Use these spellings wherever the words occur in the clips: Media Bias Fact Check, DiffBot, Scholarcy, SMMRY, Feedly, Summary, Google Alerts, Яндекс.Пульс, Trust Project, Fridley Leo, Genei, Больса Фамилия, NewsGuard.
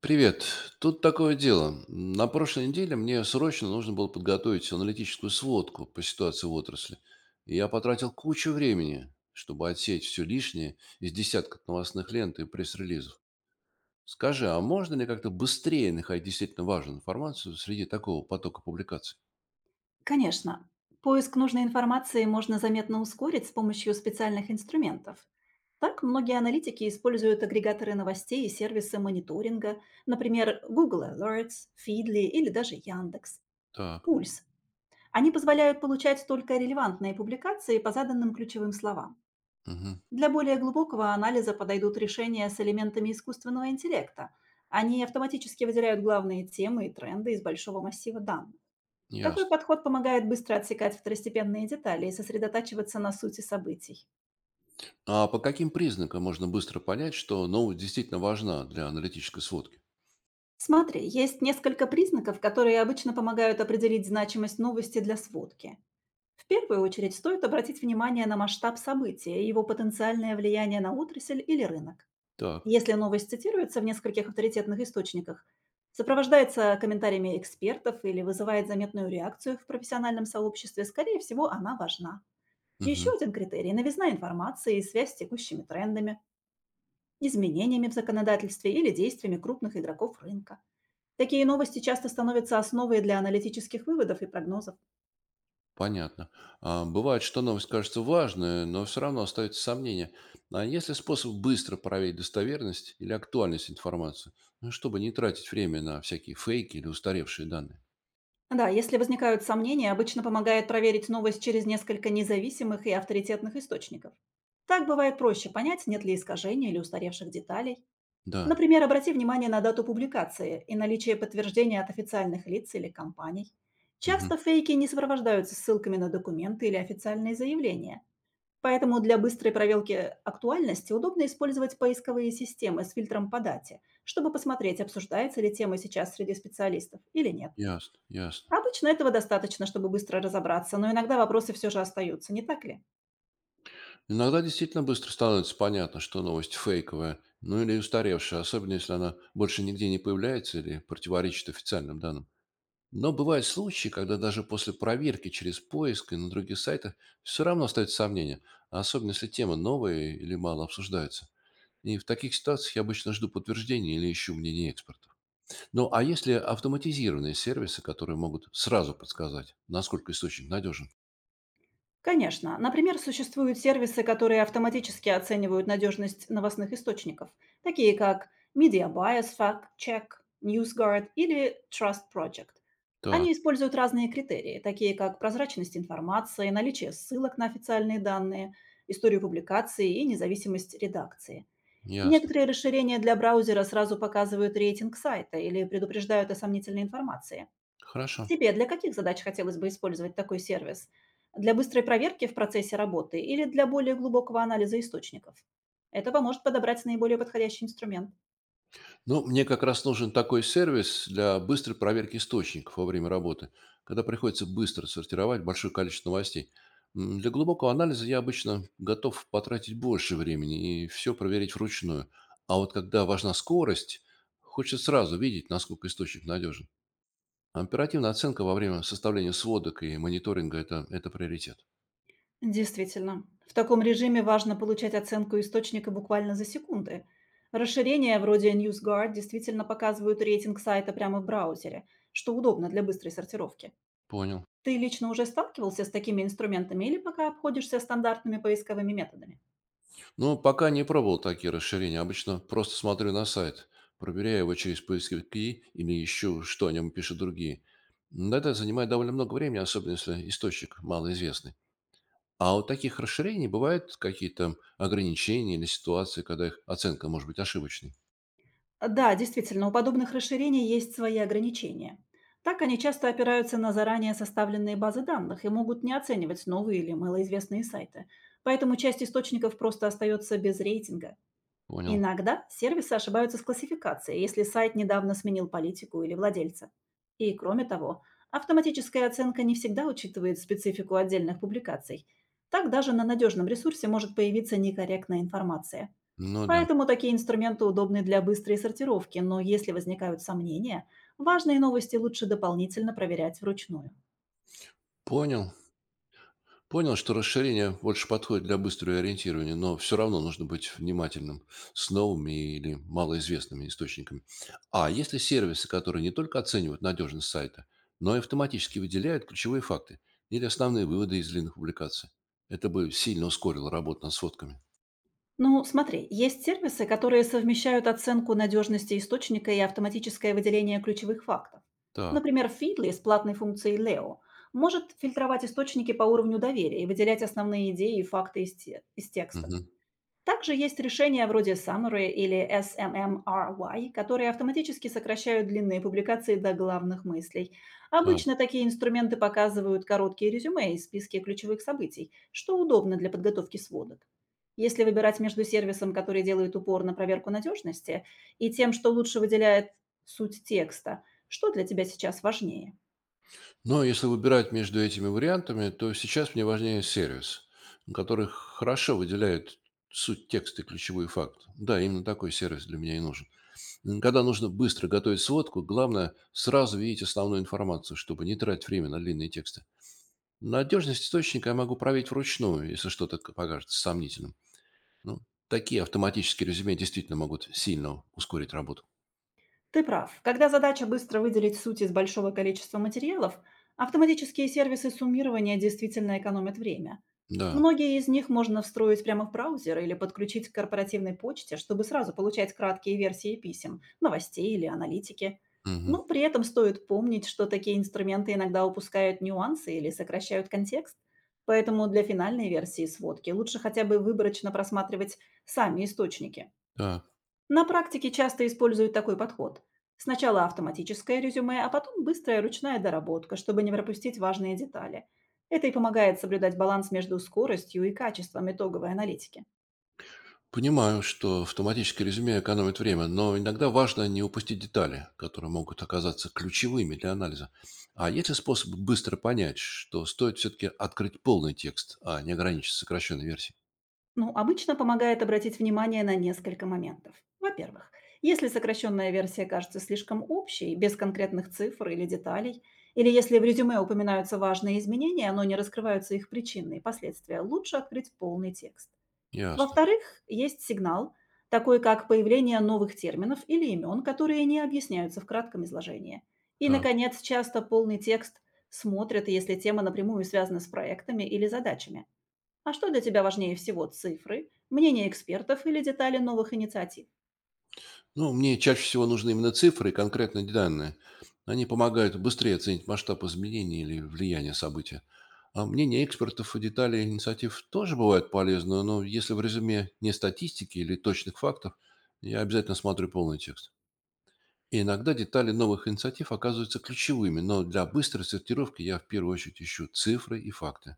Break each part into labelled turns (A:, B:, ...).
A: Привет. Тут такое дело. На прошлой неделе мне срочно нужно было подготовить аналитическую сводку по ситуации в отрасли. И я потратил кучу времени, чтобы отсеять все лишнее из десятков новостных лент и пресс-релизов. Скажи, а можно ли как-то быстрее находить действительно важную информацию среди такого потока публикаций?
B: Конечно, поиск нужной информации можно заметно ускорить с помощью специальных инструментов. Так, многие аналитики используют агрегаторы новостей и сервисы мониторинга, например, Google Alerts, Feedly или даже Яндекс
A: Так,
B: Пульс. Они позволяют получать только релевантные публикации по заданным ключевым словам.
A: мгм,
B: Для более глубокого анализа подойдут решения с элементами искусственного интеллекта. Они автоматически выделяют главные темы и тренды из большого массива данных. Такой
A: ясно.
B: подход помогает быстро отсекать второстепенные детали и сосредотачиваться на сути событий.
A: А по каким признакам можно быстро понять, что новость действительно важна для аналитической сводки?
B: Смотри, есть несколько признаков, которые обычно помогают определить значимость новости для сводки. В первую очередь стоит обратить внимание на масштаб события и его потенциальное влияние на отрасль или рынок.
A: Так,
B: Если новость цитируется в нескольких авторитетных источниках, сопровождается комментариями экспертов или вызывает заметную реакцию в профессиональном сообществе, скорее всего, она важна. Еще
A: мгм.
B: один критерий — новизна информации и связь с текущими трендами, изменениями в законодательстве или действиями крупных игроков рынка. Такие новости часто становятся основой для аналитических выводов и прогнозов.
A: Понятно. А, бывает, что новость кажется важной, но все равно остается сомнение. А есть ли способ быстро проверить достоверность или актуальность информации, ну, чтобы не тратить время на всякие фейки или устаревшие данные?
B: Да, если возникают сомнения, обычно помогает проверить новость через несколько независимых и авторитетных источников. Так бывает проще понять, нет ли искажений или устаревших деталей.
A: Да,
B: Например, обрати внимание на дату публикации и наличие подтверждения от официальных лиц или компаний.
A: мгм.
B: Часто фейки не сопровождаются ссылками на документы или официальные заявления. Поэтому для быстрой проверки актуальности удобно использовать поисковые системы с фильтром по дате, чтобы посмотреть, обсуждается ли тема сейчас среди специалистов или нет.
A: Ясно, ясно.
B: Обычно этого достаточно, чтобы быстро разобраться, но иногда вопросы все же остаются, не так ли?
A: Иногда действительно быстро становится понятно, что новость фейковая, ну или устаревшая, особенно если она больше нигде не появляется или противоречит официальным данным. Но бывают случаи, когда даже после проверки через поиск и на других сайтах все равно остаются сомнения, особенно если темы новые или мало обсуждаются. И в таких ситуациях я обычно жду подтверждения или ищу мнение экспертов. Ну а если автоматизированные сервисы, которые могут сразу подсказать, насколько источник надежен?
B: Конечно. Например, существуют сервисы, которые автоматически оценивают надежность новостных источников, такие как Media Bias Fact Check, NewsGuard или Trust Project.
A: Так,
B: Они используют разные критерии, такие как прозрачность информации, наличие ссылок на официальные данные, историю публикации и независимость редакции.
A: ясно.
B: Некоторые расширения для браузера сразу показывают рейтинг сайта или предупреждают о сомнительной информации.
A: Хорошо.
B: Тебе для каких задач хотелось бы использовать такой сервис? Для быстрой проверки в процессе работы или для более глубокого анализа источников? Это поможет подобрать наиболее подходящий инструмент.
A: Ну, мне как раз нужен такой сервис для быстрой проверки источников во время работы, когда приходится быстро сортировать большое количество новостей. М, для глубокого анализа я обычно готов потратить больше времени и все проверить вручную. А вот когда важна скорость, хочется сразу видеть, насколько источник надежен. Оперативная оценка во время составления сводок и мониторинга это приоритет.
B: Действительно, в таком режиме важно получать оценку источника буквально за секунды. Расширения вроде NewsGuard действительно показывают рейтинг сайта прямо в браузере, что удобно для быстрой сортировки.
A: Понял.
B: Ты лично уже сталкивался с такими инструментами или пока обходишься стандартными поисковыми методами?
A: Ну, пока не пробовал такие расширения. Обычно просто смотрю на сайт, проверяю его через поисковики или ищу, что о нем пишут другие. Но это занимает довольно много времени, особенно если источник малоизвестный. А у таких расширений бывают какие-то ограничения или ситуации, когда их оценка может быть ошибочной?
B: Да, действительно, у подобных расширений есть свои ограничения. Так они часто опираются на заранее составленные базы данных и могут не оценивать новые или малоизвестные сайты. Поэтому часть источников просто остается без рейтинга.
A: Понял.
B: Иногда сервисы ошибаются с классификацией, если сайт недавно сменил политику или владельца. И кроме того, автоматическая оценка не всегда учитывает специфику отдельных публикаций. Так даже на надежном ресурсе может появиться некорректная информация.
A: Ну да.
B: Поэтому такие инструменты удобны для быстрой сортировки, но если возникают сомнения, важные новости лучше дополнительно проверять вручную.
A: Понял. Понял, что расширение больше подходит для быстрого ориентирования, но все равно нужно быть внимательным с новыми или малоизвестными источниками. А есть ли сервисы, которые не только оценивают надежность сайта, но и автоматически выделяют ключевые факты или основные выводы из длинных публикаций? Это бы сильно ускорило работу над сводками.
B: Ну, смотри, есть сервисы, которые совмещают оценку надежности источника и автоматическое выделение ключевых фактов.
A: Так.
B: Например, Feedly с платной функцией Leo может фильтровать источники по уровню доверия и выделять основные идеи и факты из текста.
A: Мгм,
B: Также есть решения вроде Summary или SMMRY, которые автоматически сокращают длины публикации до главных мыслей.
A: так.
B: Обычно такие инструменты показывают короткие резюме и списки ключевых событий, что удобно для подготовки сводок. Если выбирать между сервисом, который делает упор на проверку надежности, и тем, что лучше выделяет суть текста, что для тебя сейчас важнее?
A: Но если выбирать между этими вариантами, то сейчас мне важнее сервис, который хорошо выделяет суть текста и ключевой факт. Да, именно такой сервис для меня и нужен. Когда нужно быстро готовить сводку, главное сразу видеть основную информацию, чтобы не тратить время на длинные тексты. Надежность источника я могу проверить вручную, если что-то к- покажется сомнительным. Ну, такие автоматические резюме действительно могут сильно ускорить работу.
B: Ты прав. Когда задача быстро выделить суть из большого количества материалов, автоматические сервисы суммирования действительно экономят время.
A: Да,
B: Многие из них можно встроить прямо в браузер или подключить к корпоративной почте, чтобы сразу получать краткие версии писем, новостей или аналитики.
A: мгм,
B: Но при этом стоит помнить, что такие инструменты иногда упускают нюансы или сокращают контекст. Поэтому для финальной версии сводки лучше хотя бы выборочно просматривать сами источники.
A: да.
B: На практике часто используют такой подход. Сначала автоматическое резюме, а потом быстрая ручная доработка, чтобы не пропустить важные детали. Это и помогает соблюдать баланс между скоростью и качеством итоговой аналитики.
A: Понимаю, что автоматическое резюме экономит время, но иногда важно не упустить детали, которые могут оказаться ключевыми для анализа. А есть ли способ быстро понять, что стоит все-таки открыть полный текст, а не ограничиться сокращенной версией?
B: Ну, обычно помогает обратить внимание на несколько моментов. Во-первых, если сокращенная версия кажется слишком общей, без конкретных цифр или деталей, или если в резюме упоминаются важные изменения, но не раскрываются их причины и последствия, лучше открыть полный текст.
A: Ясно.
B: Во-вторых, есть сигнал, такой как появление новых терминов или имен, которые не объясняются в кратком изложении. И,
A: Так.
B: наконец, часто полный текст смотрят, если тема напрямую связана с проектами или задачами. А что для тебя важнее всего — цифры, мнение экспертов или детали новых инициатив?
A: Ну, мне чаще всего нужны именно цифры и конкретные данные. Они помогают быстрее оценить масштаб изменений или влияния события. А мнение экспертов и детали инициатив тоже бывают полезны, но если в резюме не статистики или точных фактов, я обязательно смотрю полный текст. И иногда детали новых инициатив оказываются ключевыми, но для быстрой сортировки я в первую очередь ищу цифры и факты.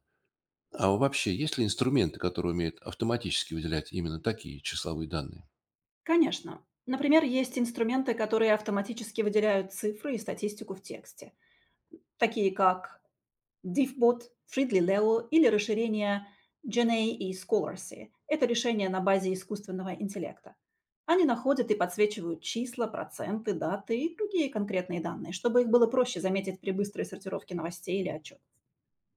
A: А вообще, есть ли инструменты, которые умеют автоматически выделять именно такие числовые данные?
B: Конечно. Например, есть инструменты, которые автоматически выделяют цифры и статистику в тексте, такие как DiffBot, Fridley Leo или расширение Genei и Scholarcy. Это решения на базе искусственного интеллекта. Они находят и подсвечивают числа, проценты, даты и другие конкретные данные, чтобы их было проще заметить при быстрой сортировке новостей или отчет.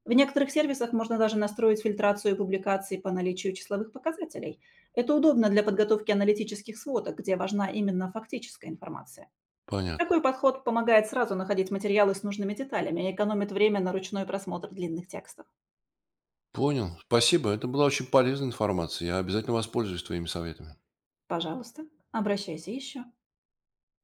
B: В некоторых сервисах можно даже настроить фильтрацию публикаций по наличию числовых показателей. Это удобно для подготовки аналитических сводок, где важна именно фактическая информация.
A: Понятно.
B: Такой подход помогает сразу находить материалы с нужными деталями и экономит время на ручной просмотр длинных текстов.
A: Понял. Спасибо. Это была очень полезная информация. Я обязательно воспользуюсь твоими советами.
B: Пожалуйста, обращайся еще.